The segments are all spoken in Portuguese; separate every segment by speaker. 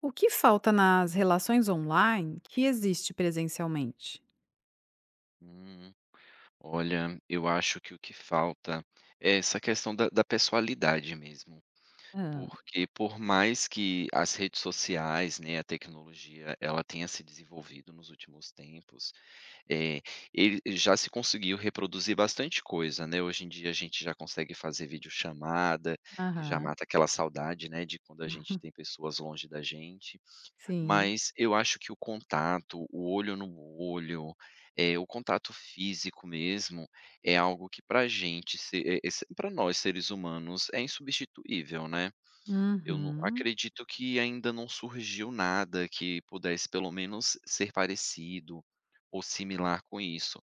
Speaker 1: O que falta nas relações online que existe presencialmente?
Speaker 2: Hum, Olha, eu acho que o que falta é essa questão da pessoalidade mesmo,
Speaker 1: Ah,
Speaker 2: porque por mais que as redes sociais, né, a tecnologia, ela tenha se desenvolvido nos últimos tempos, é, já se conseguiu reproduzir bastante coisa, né? Hoje em dia a gente já consegue fazer videochamada, que já
Speaker 1: aham.
Speaker 2: mata aquela saudade, né, de quando a gente tem pessoas longe da gente.
Speaker 1: Sim.
Speaker 2: Mas eu acho que o contato, o olho no olho, o contato físico mesmo, é algo que para nós seres humanos é insubstituível, né. Eu não
Speaker 1: Uhum.
Speaker 2: acredito que ainda não surgiu nada que pudesse pelo menos ser parecido ou similar com isso.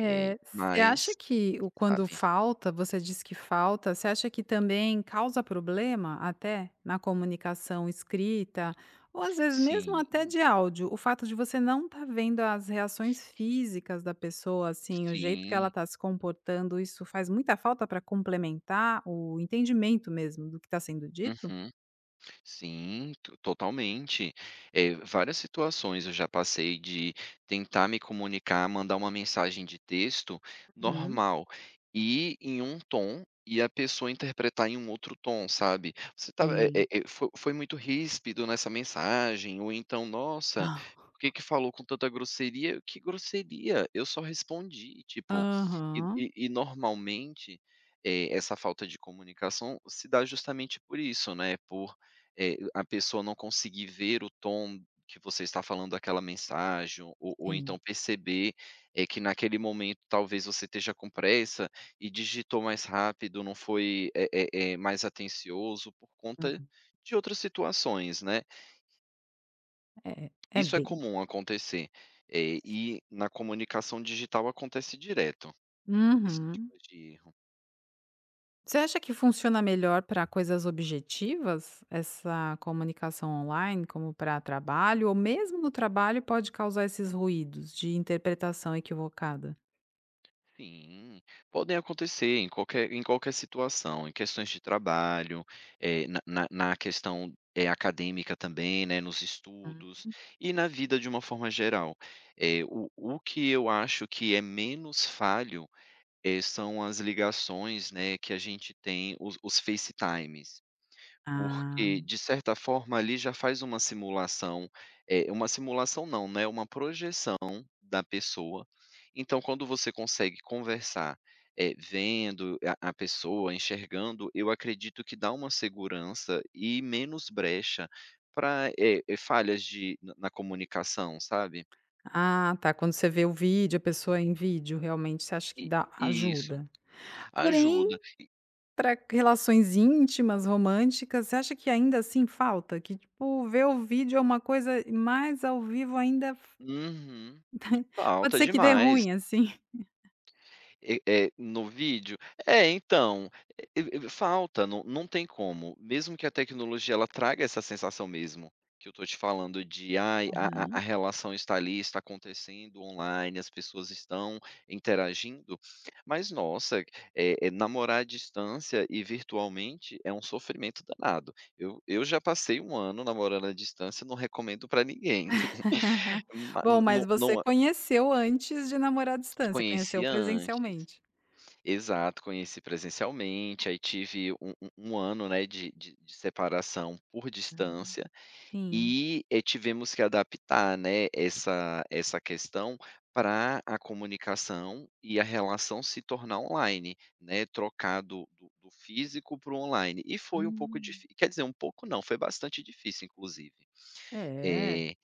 Speaker 1: você acha
Speaker 2: Mas,
Speaker 1: que o quando
Speaker 2: sabe.
Speaker 1: falta, você diz que falta, você acha que também causa problema até na comunicação escrita, ou às vezes mesmo
Speaker 2: Sim,
Speaker 1: até de áudio, o fato de você não estar vendo as reações físicas da pessoa, assim, o jeito que ela
Speaker 2: sim.
Speaker 1: está se comportando, isso faz muita falta para complementar o entendimento mesmo do que está sendo dito?
Speaker 2: Uhum. Sim, to totalmente. Várias situações eu já passei de tentar me comunicar, mandar uma mensagem de texto
Speaker 1: Uhum,
Speaker 2: normal, e em um tom, e a pessoa interpretar em um outro tom, sabe. Você estava eh eh
Speaker 1: sim.
Speaker 2: eh, foi foi muito ríspido nessa mensagem, ou então: "Nossa, por
Speaker 1: Ah,
Speaker 2: que que falou com tanta grosseria?". Que grosseria? Eu só respondi, tipo, e
Speaker 1: aham,
Speaker 2: e e normalmente, essa falta de comunicação se dá justamente por isso, né, por a pessoa não conseguir ver o tom que você está falando daquela mensagem, ou então
Speaker 1: sim.
Speaker 2: perceber, é que naquele momento talvez você esteja com pressa e digitou mais rápido, não foi, mais atencioso por conta
Speaker 1: Uhum,
Speaker 2: de outras situações, né.
Speaker 1: é
Speaker 2: Isso é
Speaker 1: bem.
Speaker 2: comum acontecer, e na comunicação digital acontece direto, esse
Speaker 1: Uhum.
Speaker 2: tipo de erro.
Speaker 1: Você acha que funciona melhor para coisas objetivas, essa comunicação online, como para trabalho, ou mesmo no trabalho pode causar esses ruídos de interpretação equivocada?
Speaker 2: Sim, podem acontecer em qualquer situação, em questões de trabalho, na questão acadêmica também, né, nos
Speaker 1: Hum.
Speaker 2: estudos e na vida de uma forma geral. O que eu acho que é menos falho são as ligações, né, que a gente tem, os FaceTimes.
Speaker 1: Ah,
Speaker 2: Porque, de certa forma, ali já faz uma simulação, uma simulação não, né, uma projeção da pessoa. Então, quando você consegue conversar, vendo a pessoa, enxergando, eu acredito que dá uma segurança e menos brecha para, falhas de na na comunicação, sabe.
Speaker 1: ah, tá. Quando você vê o vídeo, a pessoa em vídeo, realmente você acha que
Speaker 2: E
Speaker 1: dá
Speaker 2: isso,
Speaker 1: ajuda. Porém,
Speaker 2: ajuda.
Speaker 1: para relações íntimas, românticas, você acha que ainda assim falta? Que, tipo, ver o vídeo é uma coisa e mais ao vivo ainda
Speaker 2: Uhum,
Speaker 1: pode
Speaker 2: falta
Speaker 1: ser que dê
Speaker 2: demais.
Speaker 1: ruim, assim?
Speaker 2: E é, no vídeo? É, então, e e falta, não tem como. Mesmo que a tecnologia ela traga essa sensação mesmo, que eu tô te falando de: "Ai, a relação está ali, está acontecendo online, as pessoas estão interagindo", mas nossa, é namorar à distância e virtualmente é um sofrimento danado. Eu já passei um ano namorando à distância, não recomendo para ninguém. Ma
Speaker 1: Bom, mas
Speaker 2: não
Speaker 1: você
Speaker 2: não a-
Speaker 1: conheceu antes de namorar à distância, conheceu
Speaker 2: Conhecia antes.
Speaker 1: presencialmente?
Speaker 2: Exato, conheci presencialmente, aí tive um ano, né, de separação por
Speaker 1: Ah,
Speaker 2: distância,
Speaker 1: sim.
Speaker 2: e, tivemos que adaptar, né, essa questão para a comunicação e a relação se tornar online, né, trocar do físico para o online. E foi um pouco
Speaker 1: Hum.
Speaker 2: difícil. Quer dizer, um pouco não, foi bastante difícil inclusive.
Speaker 1: É?
Speaker 2: Eh,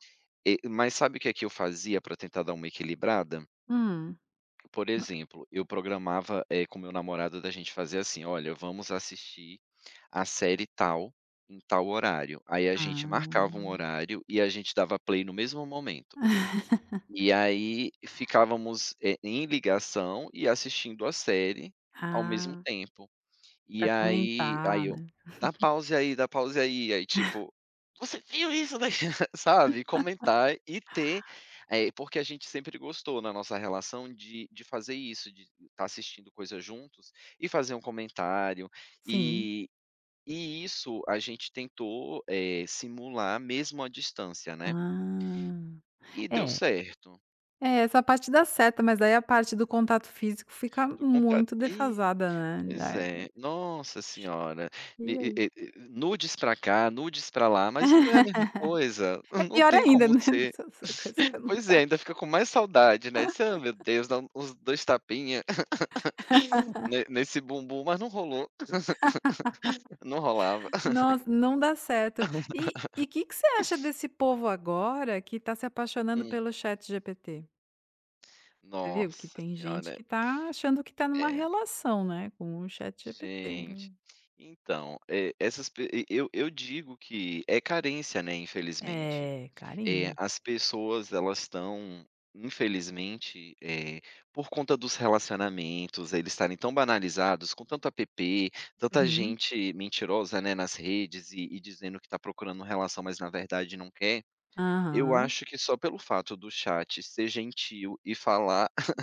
Speaker 2: e mas sabe o que é que eu fazia para tentar dar uma equilibrada?
Speaker 1: Hum.
Speaker 2: Por exemplo, eu programava, com meu namorado da gente fazer assim: "Olha, vamos assistir a série tal, em tal horário". Aí a gente marcava um
Speaker 1: Ah.
Speaker 2: horário e a gente dava play no mesmo momento. E aí ficávamos, em ligação e assistindo a série ao mesmo
Speaker 1: Ah,
Speaker 2: tempo. E
Speaker 1: para
Speaker 2: aí aí
Speaker 1: comentar,
Speaker 2: eu:
Speaker 1: né?
Speaker 2: Dá pause aí", aí tipo: "Você viu isso daí?" Sabe, comentar e ter porque a gente sempre gostou na nossa relação de fazer isso, de estar assistindo coisas juntos e fazer um comentário,
Speaker 1: Sim.
Speaker 2: e e isso a gente tentou, simular mesmo à distância, né,
Speaker 1: Ah.
Speaker 2: e deu
Speaker 1: É.
Speaker 2: certo.
Speaker 1: É, essa parte dá certo, mas daí a parte do contato físico fica
Speaker 2: Do contrário.
Speaker 1: muito defasada, né?
Speaker 2: Pois
Speaker 1: Daí
Speaker 2: é, nossa senhora, me
Speaker 1: E
Speaker 2: e
Speaker 1: aí?
Speaker 2: e e nudes pra cá, nudes pra lá, mas não é a mesma coisa,
Speaker 1: É
Speaker 2: não
Speaker 1: pior
Speaker 2: tem
Speaker 1: ainda,
Speaker 2: como
Speaker 1: né?
Speaker 2: ser.
Speaker 1: Essa coisa que eu não.
Speaker 2: Pois é, ainda fica com mais saudade, né, disse: "Ah, meu Deus, dá uns 2 tapinha ne nesse bumbum", mas não rolou, não rolava.
Speaker 1: Nossa, não dá certo. E que você acha desse povo agora que está se apaixonando
Speaker 2: Hum,
Speaker 1: pelo ChatGPT? Você viu que
Speaker 2: Nossa
Speaker 1: tem gente
Speaker 2: senhora,
Speaker 1: que está achando que está numa
Speaker 2: é,
Speaker 1: relação, né, com o ChatGPT.
Speaker 2: gente. Então, eh, essas pe e eu digo que é carência, né, infelizmente.
Speaker 1: É, carinho.
Speaker 2: As pessoas elas estão, infelizmente, por conta dos relacionamentos, eles estarem tão banalizados, com tanto app, tanta
Speaker 1: Uhum.
Speaker 2: gente mentirosa, né, nas redes e dizendo que está procurando relação, mas na verdade não quer, eu
Speaker 1: Aham.
Speaker 2: acho que só pelo fato do chat ser gentil e falar,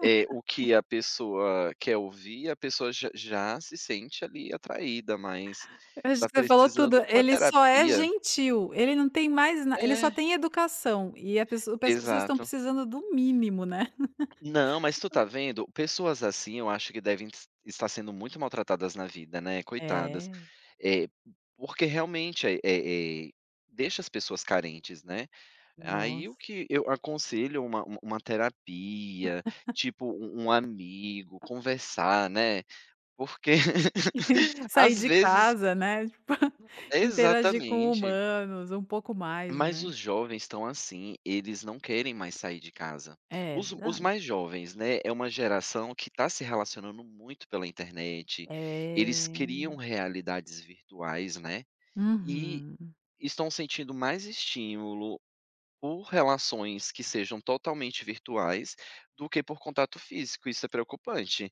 Speaker 2: o que a pessoa quer ouvir, a pessoa já se sente ali atraída, mas
Speaker 1: Eu acho
Speaker 2: está
Speaker 1: que você falou
Speaker 2: precisando
Speaker 1: tudo.
Speaker 2: de uma
Speaker 1: Ele só é
Speaker 2: terapia.
Speaker 1: gentil, ele não tem mais na ele
Speaker 2: É,
Speaker 1: só tem educação e a pesso as pessoas estão
Speaker 2: exato.
Speaker 1: precisando do mínimo, né.
Speaker 2: Não, mas tu tá vendo, pessoas assim eu acho que devem es estar sendo muito maltratadas na vida, né, coitadas.
Speaker 1: É,
Speaker 2: Eh, Porque realmente, deixa as pessoas carentes, né. Aí o
Speaker 1: nossa.
Speaker 2: que eu aconselho uma terapia, tipo um amigo, conversar, né, porque
Speaker 1: Sair
Speaker 2: às
Speaker 1: de
Speaker 2: vezes.
Speaker 1: casa, né, tipo, interagir com
Speaker 2: Exatamente.
Speaker 1: humanos um pouco mais,
Speaker 2: Mas
Speaker 1: né.
Speaker 2: os jovens estão assim, eles não querem mais sair de casa.
Speaker 1: É
Speaker 2: Os
Speaker 1: verdade.
Speaker 2: mais jovens, né, é uma geração que está se relacionando muito pela internet, eles
Speaker 1: É.
Speaker 2: criam realidades virtuais, né, e
Speaker 1: Uhum.
Speaker 2: estão sentindo mais estímulo por relações que sejam totalmente virtuais, do que por contato físico, isso é preocupante,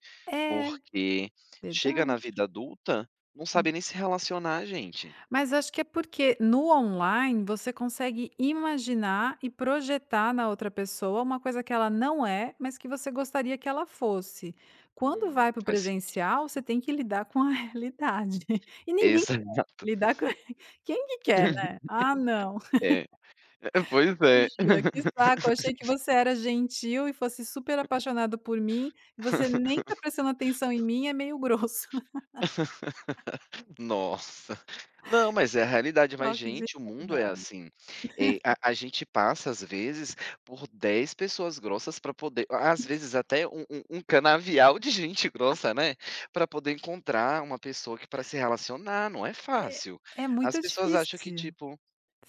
Speaker 1: É,
Speaker 2: porque chega na
Speaker 1: verdade.
Speaker 2: vida adulta, não sabe nem se relacionar gente.
Speaker 1: Mas acho que é porque no online você consegue imaginar e projetar na outra pessoa uma coisa que ela não é, mas que você gostaria que ela fosse. Quando vai para o
Speaker 2: Faz sentido.
Speaker 1: presencial, você tem que lidar com a realidade. E ninguém
Speaker 2: Exato.
Speaker 1: lidar com quem que quer, né? Ah, não.
Speaker 2: É, é, pois é.
Speaker 1: Poxa, que saco, eu achei que você era gentil e fosse super apaixonado por mim, você nem tá prestando atenção em mim, é meio grosso.
Speaker 2: Nossa. Não, mas é a realidade,
Speaker 1: Um
Speaker 2: mas
Speaker 1: toque de
Speaker 2: gente, o mundo é
Speaker 1: realidade.
Speaker 2: assim. A gente passa, às vezes, por 10 pessoas grossas para poder às vezes até um canavial de gente grossa, né, para poder encontrar uma pessoa que para se relacionar, não é
Speaker 1: É
Speaker 2: fácil.
Speaker 1: é
Speaker 2: As
Speaker 1: muito
Speaker 2: pessoas acham que,
Speaker 1: difícil.
Speaker 2: tipo,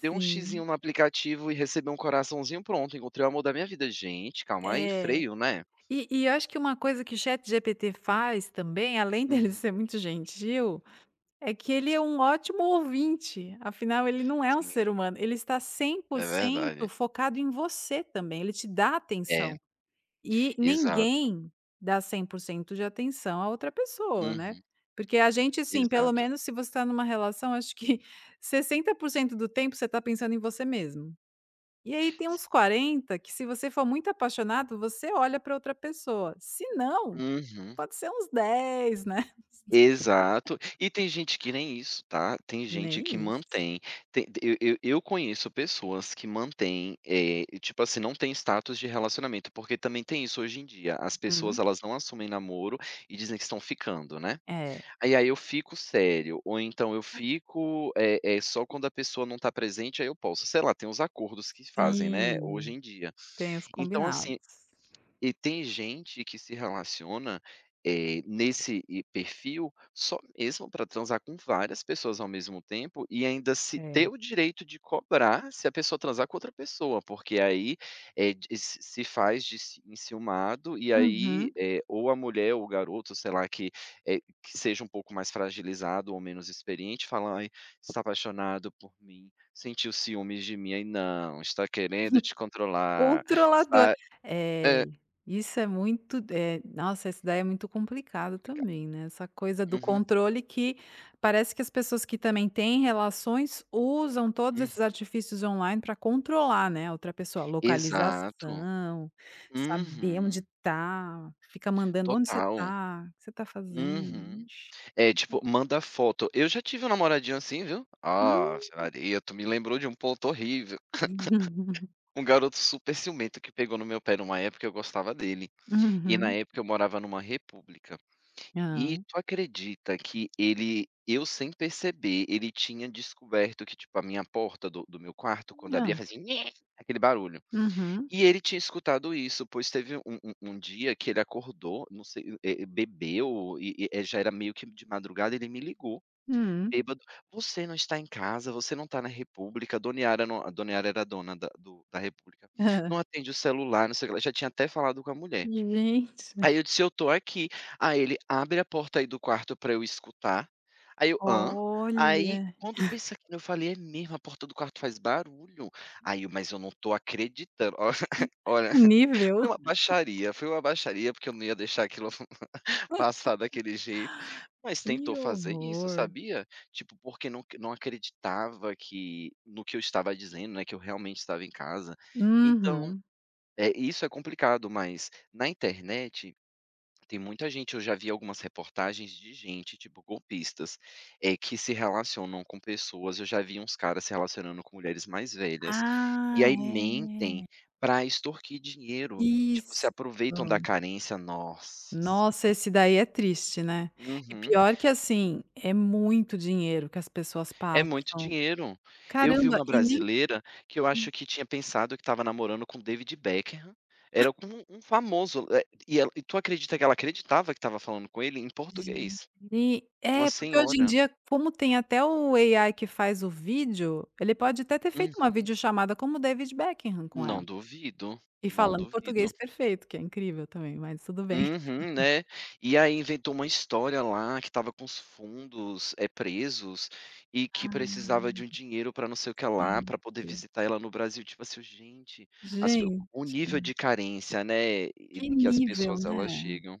Speaker 2: deu um xizinho no aplicativo e recebeu um coraçãozinho, pronto, encontrei o amor da minha vida. Gente, calma aí,
Speaker 1: É.
Speaker 2: freio, né.
Speaker 1: E eu acho que uma coisa que o ChatGPT faz também, além dele
Speaker 2: Uhum.
Speaker 1: ser muito gentil, é que ele é um ótimo ouvinte, afinal ele não é um ser
Speaker 2: Sim,
Speaker 1: humano, ele está cem por
Speaker 2: é
Speaker 1: cento
Speaker 2: verdade.
Speaker 1: focado em você também, ele te dá
Speaker 2: É.
Speaker 1: atenção. E
Speaker 2: Exato.
Speaker 1: ninguém dá 100% de atenção à outra pessoa, né.
Speaker 2: Uhum.
Speaker 1: Porque a gente, assim, pelo
Speaker 2: Exato.
Speaker 1: menos se você está numa relação, acho que 60% do tempo você está pensando em você mesmo. E aí tem uns 40 que se você for muito apaixonado, você olha para outra pessoa, se não,
Speaker 2: Uhum.
Speaker 1: pode ser uns 10, né.
Speaker 2: Exato. E tem gente que nem isso, tá. Tem gente
Speaker 1: Nem
Speaker 2: que
Speaker 1: isso.
Speaker 2: mantém tem eu conheço pessoas que mantêm, tipo assim, não tem status de relacionamento, porque também tem isso hoje em dia, as pessoas
Speaker 1: Hum.
Speaker 2: elas não assumem namoro e dizem que estão ficando, né.
Speaker 1: É.
Speaker 2: Aí eu fico sério", ou então "eu fico, é só quando a pessoa não tá presente, aí eu posso", sei lá, tem os acordos que fazem, né, hoje
Speaker 1: Sim,
Speaker 2: em dia.
Speaker 1: tem os
Speaker 2: Então assim.
Speaker 1: combinados.
Speaker 2: E tem gente que se relaciona, nesse perfil só mesmo para transar com várias pessoas ao mesmo tempo e ainda se ter
Speaker 1: É.
Speaker 2: o direito de cobrar se a pessoa transar com outra pessoa, porque aí, de se se faz de ci enciumado e aí,
Speaker 1: Uhum.
Speaker 2: ou a mulher ou o garoto, sei lá, que seja um pouco mais fragilizado ou menos experiente fala: "Ai, está apaixonado por mim, sentiu ciúmes de mim". Aí: "Não, está querendo te controlar,
Speaker 1: Controlador.
Speaker 2: está"
Speaker 1: É,
Speaker 2: é.
Speaker 1: isso é muito nossa, essa daí é muito complicado também, né, essa coisa do
Speaker 2: Uhum,
Speaker 1: controle que parece que as pessoas que também têm relações usam todos
Speaker 2: hum,
Speaker 1: esses artifícios online para controlar, né, a outra pessoa,
Speaker 2: exato.
Speaker 1: localização, saber onde
Speaker 2: Uhum,
Speaker 1: tá, fica mandando: "Onde você
Speaker 2: total.
Speaker 1: está? O que você está
Speaker 2: Uhum.
Speaker 1: fazendo?". Ixi.
Speaker 2: É tipo, manda foto. Eu já tive um namoradinho assim, viu. Ave
Speaker 1: Hum.
Speaker 2: Maria, tu me lembrou de um ponto horrível. Um garoto super ciumento que pegou no meu pé numa época, eu gostava dele. E na
Speaker 1: Uhum.
Speaker 2: época eu morava numa república. E
Speaker 1: Hã.
Speaker 2: tu acredita que ele eu sem perceber, ele tinha descoberto que, tipo, a minha porta do meu quarto, quando
Speaker 1: Hã.
Speaker 2: abria, fazia nhé, aquele barulho.
Speaker 1: Uhum.
Speaker 2: E ele tinha escutado isso, pois teve um dia que ele acordou, não sei, bebeu e já era meio que de madrugada, ele me ligou,
Speaker 1: Hum.
Speaker 2: bêbado: "Você não está em casa, você não está na República", a Dona Yara não, a Dona Yara era a dona da República,
Speaker 1: Hã.
Speaker 2: "não atende o celular, não sei o que lá", já tinha até falado com a mulher.
Speaker 1: Gente.
Speaker 2: Aí eu disse: "Eu estou aqui". Aí ele: "Abre a porta aí do quarto para eu escutar". Aí eu: "Hã?". Aí
Speaker 1: Olha,
Speaker 2: quando pensa que eu falei: "É mesmo, a porta do quarto faz barulho". Aí eu: "Mas eu não estou acreditando". Olha,
Speaker 1: o nível.
Speaker 2: foi uma baixaria, porque eu não ia deixar aquilo passar daquele jeito, mas tentou
Speaker 1: Que
Speaker 2: fazer isso,
Speaker 1: horror.
Speaker 2: sabia? Tipo, porque não acreditava que no que eu estava dizendo, né, que eu realmente estava em casa. Então,
Speaker 1: Uhum.
Speaker 2: é isso é complicado, mas na internet tem muita gente eu já vi algumas reportagens de gente, tipo, golpistas, que se relacionam com pessoas eu já vi uns caras se relacionando com mulheres mais velhas, e
Speaker 1: Ah,
Speaker 2: aí mentem
Speaker 1: é.
Speaker 2: pra extorquir dinheiro, tipo, se
Speaker 1: Isso.
Speaker 2: aproveitam da carência. Nossa
Speaker 1: Nossa,
Speaker 2: senhora.
Speaker 1: esse daí é triste, né. E
Speaker 2: Uhum.
Speaker 1: pior que, assim, é muito dinheiro que as pessoas
Speaker 2: É
Speaker 1: passam.
Speaker 2: muito dinheiro. Eu vi
Speaker 1: Caramba,
Speaker 2: uma
Speaker 1: e nem,
Speaker 2: brasileira que eu acho que tinha pensado que estava namorando com David Beckham, era com um famoso, e ela e tu acredita que ela acreditava que estava falando com ele em português.
Speaker 1: e
Speaker 2: Uma
Speaker 1: é, porque hoje em
Speaker 2: senhora.
Speaker 1: dia, como tem até o AI que faz o vídeo, ele pode até ter feito uma
Speaker 2: Uhum.
Speaker 1: videochamada como o David Beckham com ela,
Speaker 2: Não duvido,
Speaker 1: e
Speaker 2: não
Speaker 1: falando
Speaker 2: duvido.
Speaker 1: português perfeito, que é incrível também, mas tudo bem.
Speaker 2: Uhum, né. E aí inventou uma história lá que estava com os fundos, é presos, e que precisava de um dinheiro pra não sei o que lá, pra poder
Speaker 1: Sempre.
Speaker 2: visitar ela no Brasil, tipo assim, gente, as pe o
Speaker 1: Gente,
Speaker 2: nível de carência, né, e
Speaker 1: que
Speaker 2: e que as
Speaker 1: nível,
Speaker 2: pessoas elas
Speaker 1: né?
Speaker 2: chegam.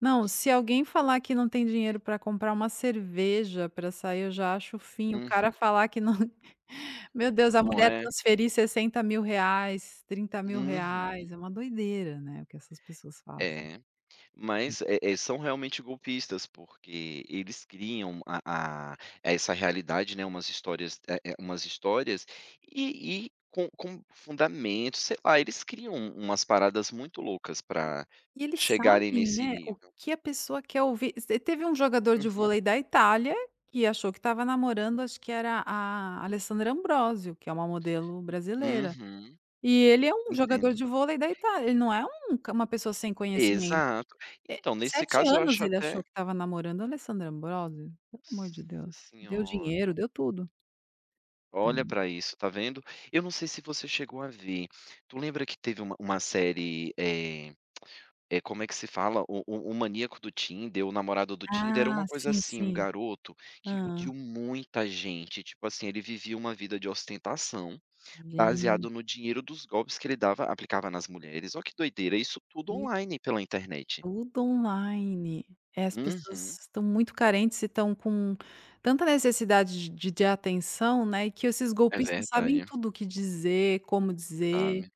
Speaker 1: Não, se alguém falar que não tem dinheiro para comprar uma cerveja para sair, eu já acho o fim. O cara
Speaker 2: Uhum.
Speaker 1: falar que não. Meu Deus, a
Speaker 2: Não
Speaker 1: mulher
Speaker 2: é?
Speaker 1: transferir R$ 60.000, R$ 30.000,
Speaker 2: Uhum.
Speaker 1: é uma doideira, né, o que essas pessoas fazem.
Speaker 2: É. Mas, são realmente golpistas, porque eles criam a essa realidade, né, umas histórias umas histórias e com fundamento, sei lá, eles criam umas paradas muito loucas para
Speaker 1: E eles
Speaker 2: chegarem
Speaker 1: sabem,
Speaker 2: nesse
Speaker 1: né, o
Speaker 2: nível.
Speaker 1: que a pessoa quer ouvir. Se teve um jogador de
Speaker 2: Uhum,
Speaker 1: vôlei da Itália que achou que estava namorando, acho que era a Alessandra Ambrosio, que é uma modelo brasileira.
Speaker 2: uhum,
Speaker 1: E ele é um jogador
Speaker 2: entendo.
Speaker 1: de vôlei da Itália, ele não é um ca uma pessoa sem conhecimento.
Speaker 2: Exato. Então, nesse
Speaker 1: 7
Speaker 2: caso eu
Speaker 1: anos
Speaker 2: acho
Speaker 1: ele
Speaker 2: até
Speaker 1: achou que estava namorando a Alessandra Ambrosio, pelo amor de Deus.
Speaker 2: nossa
Speaker 1: Deu
Speaker 2: senhora,
Speaker 1: dinheiro, deu tudo.
Speaker 2: olha
Speaker 1: Então,
Speaker 2: pra isso, tá vendo? Eu não sei se você chegou a ver, tu lembra que teve uma série. É, como é que se fala? O maníaco do Tinder, o namorado do Tinder, era uma
Speaker 1: ah,
Speaker 2: coisa
Speaker 1: sim,
Speaker 2: assim, um
Speaker 1: sim.
Speaker 2: garoto que iludiu
Speaker 1: Hã.
Speaker 2: muita gente, tipo assim, ele vivia uma vida de ostentação,
Speaker 1: Gente,
Speaker 2: baseado no dinheiro dos golpes que ele dava aplicava nas mulheres. Olha que doideira, isso tudo
Speaker 1: e
Speaker 2: online pela internet.
Speaker 1: tudo online. É, as
Speaker 2: Uhum.
Speaker 1: pessoas estão muito carentes e estão com tanta necessidade de atenção, né, que esses
Speaker 2: É
Speaker 1: golpistas sabem
Speaker 2: verdade,
Speaker 1: tudo o que dizer, como dizer,
Speaker 2: sabe.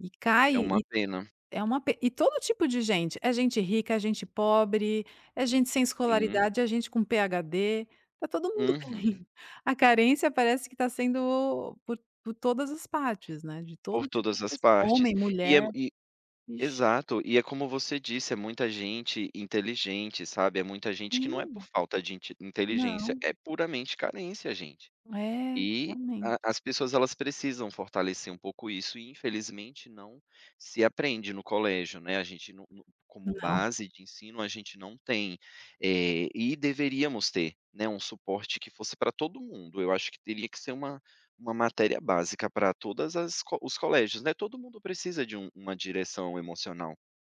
Speaker 1: e cai.
Speaker 2: É uma
Speaker 1: E
Speaker 2: pena.
Speaker 1: é uma pe, e todo tipo de gente, é gente rica, é gente pobre, é gente sem
Speaker 2: Sim.
Speaker 1: escolaridade, é gente com PhD, tá todo mundo
Speaker 2: Uhum.
Speaker 1: caindo. A carência parece que está sendo por todas as partes, né, de
Speaker 2: Por
Speaker 1: todo tipo
Speaker 2: todas
Speaker 1: de
Speaker 2: as
Speaker 1: pessoa,
Speaker 2: partes.
Speaker 1: homem,
Speaker 2: E é.
Speaker 1: mulher, ixi,
Speaker 2: Exato, e é como você disse, é muita gente inteligente, sabe, é muita gente que não é por
Speaker 1: sim,
Speaker 2: falta de inteligência,
Speaker 1: não,
Speaker 2: é puramente carência, gente.
Speaker 1: é,
Speaker 2: E a
Speaker 1: realmente.
Speaker 2: as pessoas elas precisam fortalecer um pouco isso e infelizmente não se aprende no colégio, né, a gente não não como
Speaker 1: Não.
Speaker 2: base de ensino a gente não tem, e deveríamos ter, né, um suporte que fosse para todo mundo, eu acho que teria que ser uma matéria básica para todas as co os colégios, né, todo mundo precisa de uma direção emocional.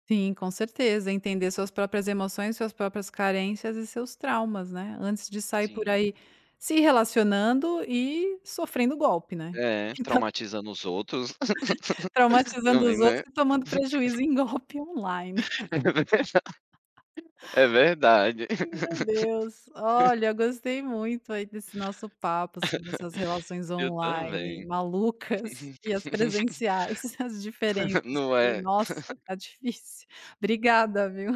Speaker 1: Sim, com certeza, entender suas próprias emoções, suas próprias carências e seus traumas, né, antes de sair por
Speaker 2: Sim.
Speaker 1: aí se relacionando e sofrendo golpe, né.
Speaker 2: É, traumatizando os outros.
Speaker 1: Traumatizando
Speaker 2: Também,
Speaker 1: os outros
Speaker 2: né.
Speaker 1: e tomando prejuízo em golpe online.
Speaker 2: É verdade,
Speaker 1: Meu Deus, olha, eu gostei muito aí desse nosso papo sobre essas relações
Speaker 2: eu
Speaker 1: online
Speaker 2: também.
Speaker 1: malucas e as presenciais, as diferenças,
Speaker 2: Não
Speaker 1: que
Speaker 2: é
Speaker 1: nossa, tá difícil. Obrigada, viu.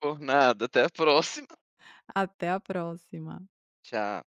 Speaker 2: por nada. Até a próxima.
Speaker 1: Até a próxima.
Speaker 2: Tchau.